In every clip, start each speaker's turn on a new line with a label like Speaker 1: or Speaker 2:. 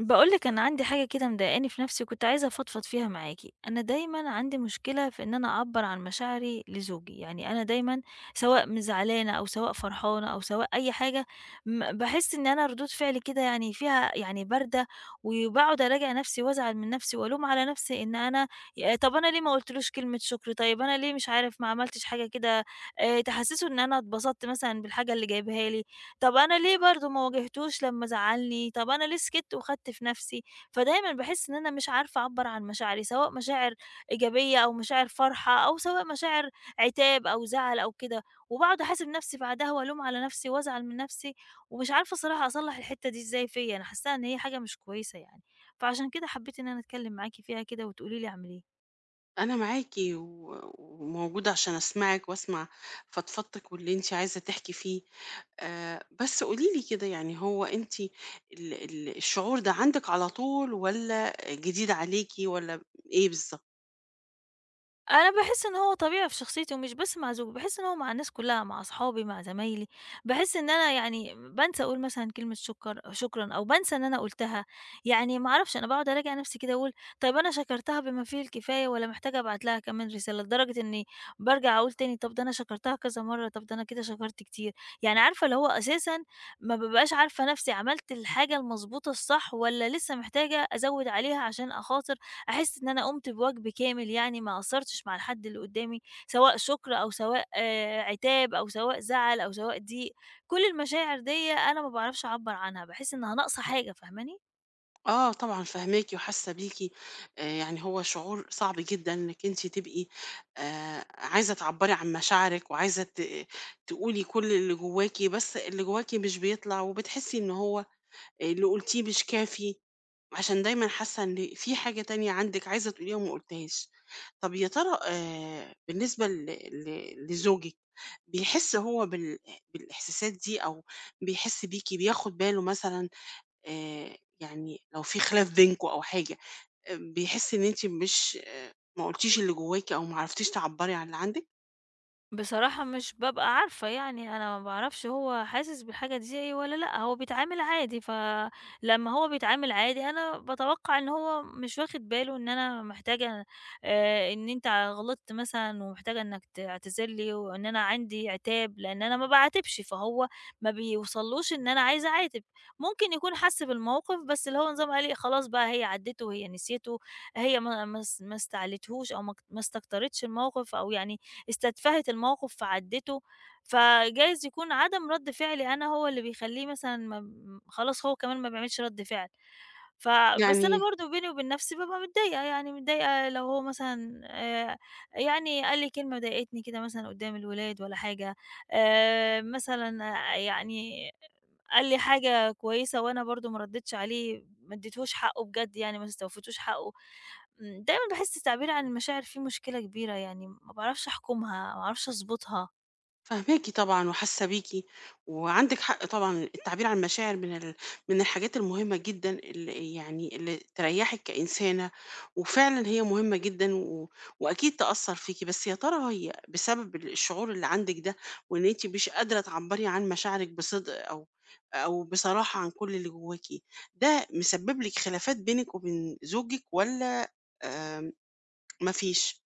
Speaker 1: باقول لِك أنا عندي حاجة كده مضايقاني في نفسي وكنت عايزة أفضفض فيها معاكِ، أنا دايمًا عندي مشكلة في إن أنا أعبّر عن مشاعري لزوجي، يعني أنا دايمًا سواء زعلانة أو سواء فرحانة أو سواء أي حاجة باحس إن أنا ردود فعلي كده يعني فيها يعني باردة، وباقعد أراجع نفسي وأزعل من نفسي وألوم على نفسي إن أنا طب أنا ليه ما قُلتلوش كلمة شكر، طيب أنا ليه مش عارف ما عملتش حاجة كده تحسّسه إن أنا اتبسطت مثلًا بالحاجة اللي جايبها لي، طب أنا ليه برضه ما واجهتوش لمّا زعّلني، طب أنا ليه سكِتّ وخدت في نَفْسي، فدايمًا باحس إن أنا مش عارفة أعبّر عن مشاعري، سواء مشاعر إيجابية أو مشاعر فرحة أو سواء مشاعر عتاب أو زعل أو كده، وباقعد أحاسب نَفْسي بعدها وألوم على نَفْسي وأزعل من نَفْسي، ومش عارفة الصراحة أصلّح الحتّة دي إزاي فيّا، أنا حاسّاها إن هي حاجة مش كويسة يعني، فعشان كده حبّيت إن أنا أتكلّم معاكِ فيها كده وتقولي لي أعمل إيه.
Speaker 2: أنا معاكِ و وموجودة عشان أسمعِك وأسمع فضفضتِك واللي أنتِ عايزة تحكي فيه، بس قولي لي كده، يعني هو أنتِ ال الشعور ده عندِك على طول والّا جديد عليكِ والّا إيه بالضبط؟
Speaker 1: أنا باحس إن هو طبيعي في شخصيتي ومش بس مع زوجي، باحس إن هو مع الناس كلّها، مع أصحابي، مع زمايلي، باحس إن أنا يعني بانسى أقول مثلًا كلمة شكر شكرًا أو بانسى إن أنا قُلتها، يعني ما أعرفش أنا باقعد أراجع نفسي كده أقول طيب أنا شكرتها بما فيه الكفاية والّا محتاجة أبعت لها كمان رسالة، لدرجة إني بارجع أقول تاني طب ده أنا شكرتها كذا مرّة، طب ده أنا كده شكرت كتير، يعني عارفة اللي هو أساسًا ما بابقاش عارفة نفسي عملت الحاجة المضبوطة الصح والّا لسه محتاجة أزوّد عليها عشان أخاطر أحس إن أنا قُمت بواجب كامل يعني ما قصّرتش مع الحد اللي قدّامي، سواء شُكر أو سواء آه، عتاب أو سواء زعل أو سواء ضيق، كل المشاعر ديّة أنا ما باعرفش أعبّر عنها، باحس إنها ناقصة حاجة، فاهماني؟
Speaker 2: آه طبعًا فاهماكِ وحاسة بيكِ، يعني هو شعور صعب جدًا إنِّك أنتِ تبقي عايزة تعبّري عن مشاعرِك وعايزة تقولي كل اللي جواكِ، بس اللي جواكِ مش بيطلع وبتحسي إن هو اللي قُلتيه مش كافي. عشان دايمًا حاسة إن في حاجة تانية عندِك عايزة تقوليها وما قُلتيهاش. طَب يا ترى، بالنسبة ل لزوجِك، بيحس هو بالإحساسات دي، أو بيحس بيكِ، بياخد باله مثلًا؟ يعني لو في خلاف بينكم أو حاجة، بيحس إن أنتِ مش ما قُلتيش اللي جواكِ أو ما عرفتيش تعبّري عن اللي عندِك؟
Speaker 1: بصراحة مش بابقى عارفة يعني، أنا ما باعرفش هو حاسس بالحاجة دي إيه والّا لأ، هو بيتعامل عادي، فلمّا هو بيتعامل عادي أنا باتوقع إن هو مش واخد باله إن أنا محتاجة إن أنت غلطت مثلًا ومحتاجة إنك تعتذر لي، وإن أنا عندي عتاب، لإن أنا ما باعاتبش، فهو ما بيوصلوش إن أنا عايزة أعاتب، ممكن يكون حس بالموقف بس اللي هو نظام قال إيه خلاص بقى هي عدِّته، هي نسيته، هي ما استعلتهوش أو ما استكترتش الموقف أو يعني استدفعت الموقف فعدّته، فجايز يكون عدم رَد فعلي أنا هو اللي بيخلّيه مثلًا ما ب خلاص هو كمان ما بيعملش رَد فعل، فبس أنا
Speaker 2: يعني
Speaker 1: برضه بيني وبين نَفْسي بابقى متضايقة، يعني متضايقة لو هو مثلًا يعني قال لي كلمة ضايقتني كده مثلًا قُدّام الولاد والّا حاجة، مثلًا آه، يعني قال لي حاجة كويسة وأنا برضه ما ردّيتش عليه، ما ادّيتهوش حقّه بجد يعني ما استوفيتوش حقّه، إمم، دايمًا باحس التعبير عن المشاعر فيه مشكلة كبيرة، يعني ما باعرفش أحكمها، ما باعرفش أضبطها.
Speaker 2: فاهماكِ طبعًا وحاسة بيكِ، وعندِك حق طبعًا، التعبير عن المشاعر من الحاجات المهمة جدًا اللي يعني اللي تريحِك كإنسانة، وفعلًا هي مهمة جدًا وأكيد تأثّر فيكِ، بس يا ترى هي بسبب الشعور اللي عندِك ده، وإن أنتِ مش قادرة تعبّري عن مشاعرِك بصدق، أو أو بصراحة عن كل اللي جواكِ، ده مسبب لِك خلافات بينِك وبين زوجِك، والّا آآ ما فيش؟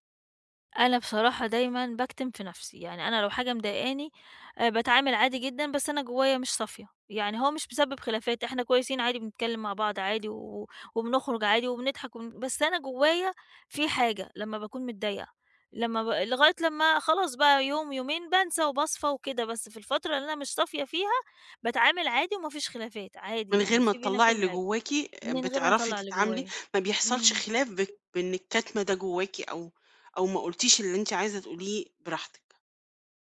Speaker 1: أنا بصراحة دايمًا باكتم في نفسي، يعني أنا لو حاجة مضايقاني باتعامل عادي جدًا، بس أنا جوايا مش صافية، يعني هو مش بسبب خلافات، إحنا كويسين عادي، بنتكلم مع بعض عادي، و وبنخرج عادي، وبنضحك بس أنا جوايا في حاجة لمّا باكون متضايقة، لمّا ب لغاية لمّا خلاص بقى يوم، يومين بانسى وباصفى وكده، بس في الفترة اللي أنا مش صافية فيها، باتعامل عادي وما فيش خلافات،
Speaker 2: من
Speaker 1: عادي
Speaker 2: غير
Speaker 1: يعني
Speaker 2: ما
Speaker 1: في بينا
Speaker 2: تطلّعي
Speaker 1: كل
Speaker 2: اللي
Speaker 1: حاجة.
Speaker 2: جواكِ،
Speaker 1: من غير ما
Speaker 2: بتعرفي
Speaker 1: أطلّع اللي
Speaker 2: تتعاملي،
Speaker 1: جوايا.
Speaker 2: ما بيحصلش
Speaker 1: إمم.
Speaker 2: خلاف بإنِّك كاتمة ده جواكِ، أو أو ما قُلتيش اللي أنتِ عايزة تقوليه براحتك،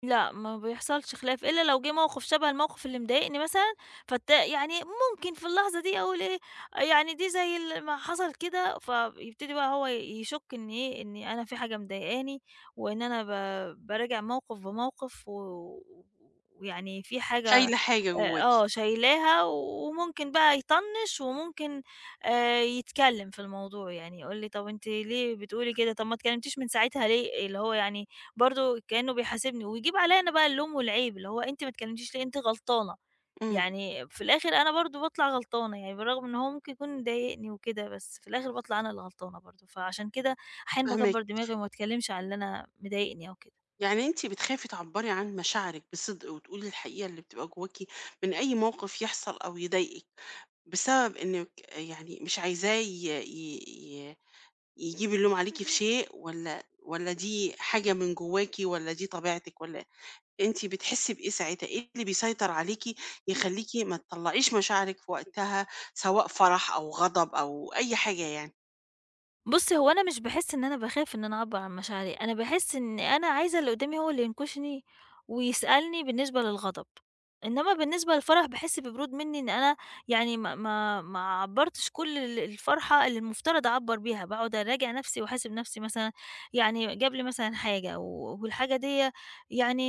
Speaker 1: لأ، ما بيحصلش خلاف، إلا لو جِه موقف شَبه الموقف اللي مضايقني مثلًا، يعني ممكن في اللحظة دي أقول إيه، يعني دي زي ما حصل كده، فيبتدي بقى هو يشُك إن إيه، إن أنا في حاجة مضايقاني وإن أنا باراجع موقف بموقف ويعني في حاجة
Speaker 2: شايلة حاجة جواكِ.
Speaker 1: آه، شايلاها وممكن بقى يطنّش وممكن يتكلّم في الموضوع، يعني يقول لي: "طَب أنتِ ليه بتقولي كده؟ طَب ما اتكلّمتيش من ساعتها ليه؟" اللي هو يعني برضه كإنّه بيحاسبني ويجيب عليّا أنا بقى اللوم والعيب، اللي هو أنتِ ما اتكلّمتيش ليه؟ أنتِ غلطانة،
Speaker 2: إمم،
Speaker 1: يعني في الآخِر أنا برضه باطلع غلطانة، يعني بالرغم إن هو ممكن يكون ضايقني وكده، بس في الآخِر باطلع أنا اللي غلطانة برضه، فعشان كده أحيانًا
Speaker 2: فاهماكِ.
Speaker 1: باكبّر دماغي وما اتكلّمش على اللي أنا مضايقني أو كده.
Speaker 2: يعني أنتِ بتخافي تعبّري عن مشاعرِك بصدق وتقولي الحقيقة اللي بتبقى جواكِ من أي موقف يحصل أو يضايقِك. بسبب إنِّك يعني مش عايزاه ي يجيب اللوم عليكِ في شيء، والّا والّا دي حاجة من جواكِ، والّا دي طبيعتِك، والّا أنتِ بتحسّي بإيه ساعتها؟ إيه اللي بيسيطر عليكِ يخلّيكِ ما تطلّعيش مشاعرِك في وقتها، سواء فرح أو غضب أو أي حاجة يعني؟
Speaker 1: بُصّي، هو أنا مش باحس إن أنا باخاف إن أنا أعبّر عن مشاعري، أنا باحس إن أنا عايزة اللي قدّامي هو اللي ينكشني ويسألني بالنسبة للغضب، إنّما بالنسبة للفرح باحس ببرود منّي إن أنا يعني ما عبّرتش كل الفرحة اللي المفترض أعبّر بيها، باقعد أراجع نَفْسي وأحاسب نَفْسي مثلًا، يعني جاب لي مثلًا حاجة والحاجة ديّة يعني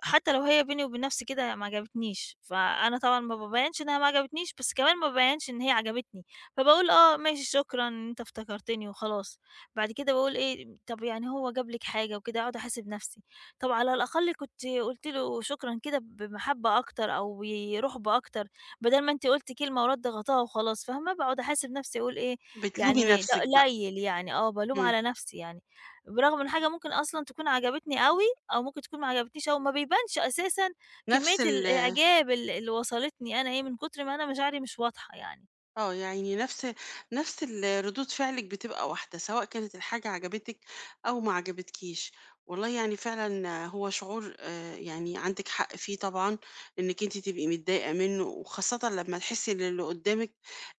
Speaker 1: حتى لو هي بيني وبين نَفْسي كده ما عجبتنيش، فأنا طبعًا ما بابيّنش إنها ما عجبتنيش، بس كمان ما بابيّنش إن هي عجبتني. فباقول آه، ماشي شكرًا إن أنت افتكرتني وخلاص، بعد كده باقول إيه، طب يعني هو جاب لِك حاجة وكده، أقعد أحاسب نفسي، طب على الأقل كنتِ قُلتِ له شكرًا كده بمحبة أكتر أو برُحب أكتر، بدل ما أنتِ قُلتِ كلمة ورد غطاها وخلاص، فاهمة، باقعد أحاسب نفسي أقول إيه،
Speaker 2: بتلومي
Speaker 1: يعني ده
Speaker 2: نَفْسِك بقى.
Speaker 1: قليل يعني، آه، بالوم
Speaker 2: إمم.
Speaker 1: على نفسي يعني، برغم إن حاجة ممكن أصلًا تكون عجبتني أوي أو ممكن تكون ما عجبتنيش أوي، ما بيبانش أساسًا كمية
Speaker 2: نَفْس ال
Speaker 1: الإعجاب اللي وصلتني أنا إيه، من كتر ما أنا مشاعري مش واضحة يعني.
Speaker 2: آه، يعني نفس ردود فعلِك بتبقى واحدة، سواء كانت الحاجة عجبتِك أو ما عجبتكيش. والله يعني فعلًا هو شعور، يعني عندِك حق فيه طبعًا، إنِّك أنتِ تبقي متضايقة منه، وخاصةً لمّا تحسي إن اللي قدّامِك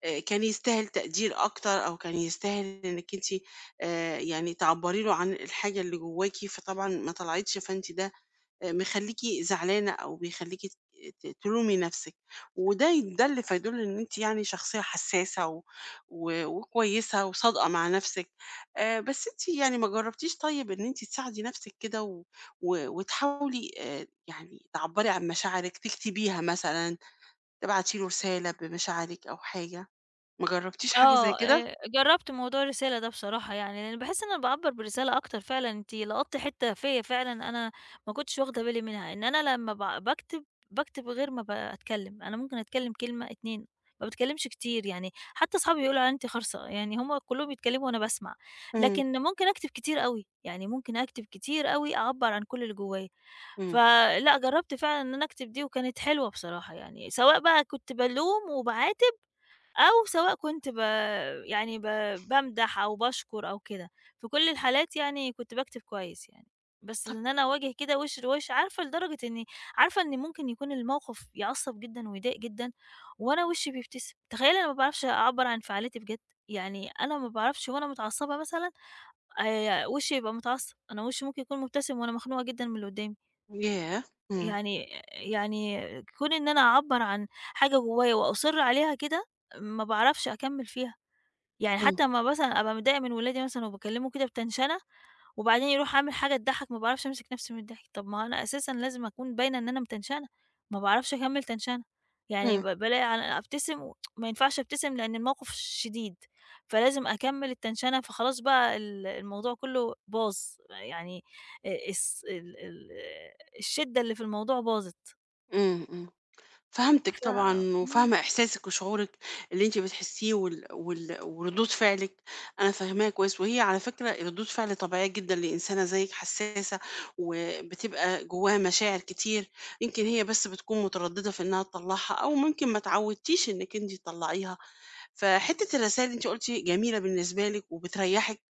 Speaker 2: كان يستاهل تقدير أكتر، أو كان يستاهل إنِّك أنتِ يعني تعبّري له عن الحاجة اللي جواكِ، فطبعًا ما طلعتش، فأنتِ ده مخلّيكِ زعلانة، أو بيخلّيكِ ت تلومي نَفْسِك، وده ده اللي فيدُل إن أنتِ يعني شخصية حسّاسة و وكويسة وصادقة مع نَفْسِك، بس أنتِ يعني ما جرّبتيش طيب إن أنتِ تساعدي نَفْسِك كده و وتحاولي يعني تعبّري عن مشاعرِك، تكتبيها مثلًا، تبعتي له رسالة بمشاعرِك أو حاجة، ما جرّبتيش حاجة زي
Speaker 1: آه،
Speaker 2: كده؟
Speaker 1: جرّبت موضوع الرسالة ده بصراحة يعني، لإن باحس إن أنا باعبّر برسالة أكتر فعلًا، أنتِ لقطتِ حتّة فيّا فعلًا أنا ما كنتش واخدة بالي منها، إن أنا لمّا باكتب، باكتب غير ما باتكلّم، أنا ممكن أتكلّم كلمة 2 ما باتكلّمش كتير يعني، حتّى أصحابي بيقولوا عليَّ أنتِ خرصة، يعني هُم كلّهم بيتكلّموا وأنا باسمع،
Speaker 2: إمم،
Speaker 1: لكن ممكن أكتب كتير أوي، يعني ممكن أكتب كتير أوي أعبّر عن كل اللي جوّايا،
Speaker 2: إمم،
Speaker 1: فلأ جرّبت فعلًا إن أنا أكتب دي وكانت حلوة بصراحة يعني، سواء بقى كنت بالوم وباعاتب أو سواء كنت ب يعني ب بامدح أو باشكر أو كده، في كل الحالات يعني كنت باكتب كويس يعني، بس إن أنا أواجه كده وِش لوِش عارفة لدرجة إني عارفة إن ممكن يكون الموقف يعصّب جدًا ويضايق جدًا وأنا وشّي بيبتسم، تخيّلي أنا ما باعرفش أعبّر عن انفعالاتي بجد، يعني أنا ما باعرفش وأنا متعصّبة مثلًا وشّي يبقى متعصّب، أنا وشّي ممكن يكون مبتسم وأنا مخنوقة جدًا من اللي قدّامي،
Speaker 2: ياه! إمم،
Speaker 1: يعني يعني كون إن أنا أعبّر عن حاجة جوايا وأصِر عليها كده ما باعرفش أكمّل فيها. يعني
Speaker 2: إمم،
Speaker 1: حتى أمّا مثلًا أبقى متضايقة من ولادي مثلًا وباكلمه كده بتنشنة، وبعدين يروح عامل حاجة تضحّك ما باعرفش أمسك نفسي من الضحك، طب ما هو أنا أساسًا لازم أكون باينة إن أنا متنشنة، ما باعرفش أكمل تنشنة، يعني
Speaker 2: إمم،
Speaker 1: بالاقي على أبتسم و ما ينفعش أبتسم لأن الموقف شديد، فلازم أكمل التنشنة، فخلاص بقى الموضوع كله باظ، يعني الص ال ال الشدة اللي في الموضوع باظت،
Speaker 2: إمم، إمم. فهمتِك
Speaker 1: ف
Speaker 2: طبعًا،
Speaker 1: إمم،
Speaker 2: وفاهمة إحساسِك وشعورِك اللي أنتِ بتحسيه، وال وال وردود فعلِك، أنا فاهماها كويس، وهي على فكرة ردود فعل طبيعية جدًا لإنسانة زيِّك حساسة، وبتبقى جواها مشاعر كتير، يمكن هي بس بتكون مترددة في إنها تطلّعها، أو ممكن ما اتعودتيش إنِك أنتِ تطلّعيها. فحتة الرسايل اللي أنتِ قلتِ جميلة بالنسبة لِك وبتريحِك،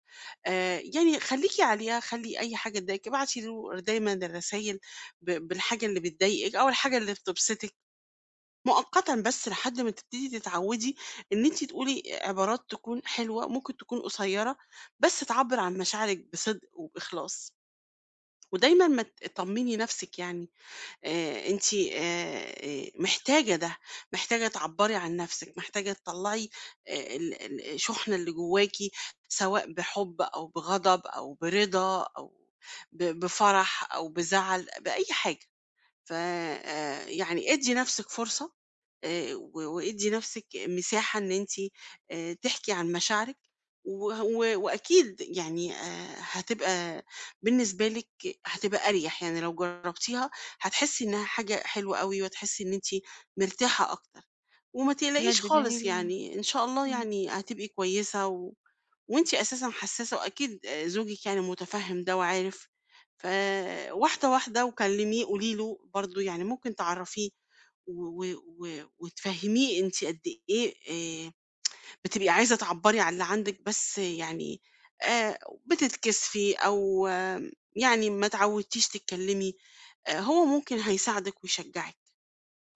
Speaker 2: يعني خليكِ عليها، خلي أي حاجة تضايقِك ابعتي له دايمًا الرسايل بالحاجة اللي بتضايقِك، أو الحاجة اللي بتبسطِك. مؤقتًا بس لحد ما تبتدي تتعودي إن أنتِ تقولي عبارات تكون حلوة، ممكن تكون قصيرة، بس تعبّر عن مشاعرِك بصدق وبإخلاص، ودايمًا ما ت طمني نفسِك، يعني أنتِ محتاجة ده، محتاجة تعبّري عن نفسِك، محتاجة تطلّعي ال الشحنة اللي جواكِ، سواء بحُب أو بغضب أو برضا، أو بفرح أو بزعل، بأي حاجة. ف يعني ادّي نَفْسِك فرصة، و وادّي نَفْسِك مساحة إن أنتِ تحكي عن مشاعرك، و وأكيد يعني هتبقى بالنسبة لِك هتبقى أريح، يعني لو جرّبتيها هتحسّي إنها حاجة حلوة أوي، وهتحسّي إن أنتِ مرتاحة أكتر، وما تقلقيش
Speaker 1: بجد
Speaker 2: خالص،
Speaker 1: جميل،
Speaker 2: يعني إن شاء الله
Speaker 1: إمم،
Speaker 2: يعني هتبقي كويسة، وأنتِ أساسًا حسّاسة، وأكيد زوجِك يعني مُتفهِّم ده وعارف، فواحدة واحدة وكلميه قولي له برضه، يعني ممكن تعرّفيه و وتفهّميه أنتِ قد إيه آآ بتبقي عايزة تعبّري عن اللي عندِك، بس يعني آآ بتتكسفي أو يعني ما اتعوّدتيش تتكلّمي، هو ممكن هيساعدِك ويشجّعِك،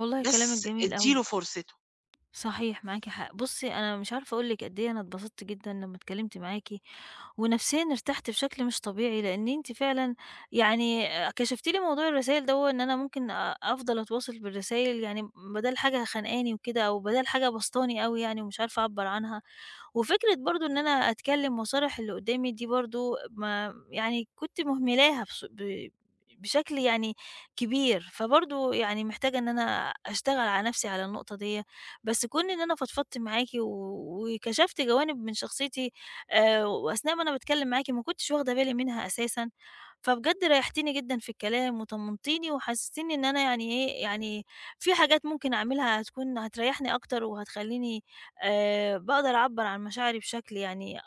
Speaker 1: والله كلامِك
Speaker 2: بس
Speaker 1: جميل
Speaker 2: ادّي
Speaker 1: أوي.
Speaker 2: له فرصته،
Speaker 1: صحيح معاكِ حق. بُصّي، أنا مش عارفة أقول لِك قد إيه أنا اتبسطت جدًا لمّا اتكلمت معاكِ، ونفسيًا ارتحت بشكل مش طبيعي، لإن أنتِ فعلًا يعني كشفتِ لي موضوع الرسايل دوّة إن أنا ممكن أفضل أتواصل بالرسايل يعني بدل حاجة خانقاني وكده، أو بدل حاجة باسطاني أوي يعني ومش عارفة أعبّر عنها. وفكرة برضه إن أنا أتكلم واصارح اللي قدامي دي برضه ما يعني كنت مهملاها بص ب بشكل يعني كبير، فبرضه يعني محتاجة إن أنا أشتغل على نفسي على النقطة ديّة، بس كون إن أنا فضفضت معاكِ و وكشفت جوانب من شخصيتي وأثناء ما أنا باتكلم معاكِ ما كنتش واخدة بالي منها أساسًا، فبجد ريحتيني جدًا في الكلام وطمنتيني وحسستيني إن أنا يعني إيه، يعني في حاجات ممكن أعملها هتكون هتريحني أكتر وهتخليني باقدر أعبّر عن مشاعري بشكل يعني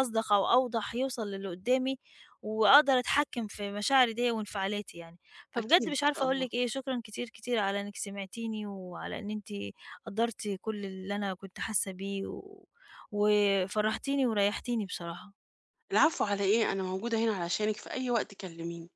Speaker 1: أصدق أو أوضح يوصل للي قدّامي، وأقدر أتحكّم في مشاعري ديّة وانفعالاتي يعني.
Speaker 2: أكيد
Speaker 1: فبجد
Speaker 2: إن
Speaker 1: مش
Speaker 2: شاء
Speaker 1: عارفة أقول
Speaker 2: الله.
Speaker 1: لِك إيه، شكرًا كتير، كتير على إنِّك سمعتيني، وعلى إن أنتِ قدّرتِ كل اللي أنا كنت حاسة بيه، و وفرّحتيني وريّحتيني بصراحة.
Speaker 2: العفو على إيه، أنا موجودة هنا علشانِك في أي وقت كلّميني.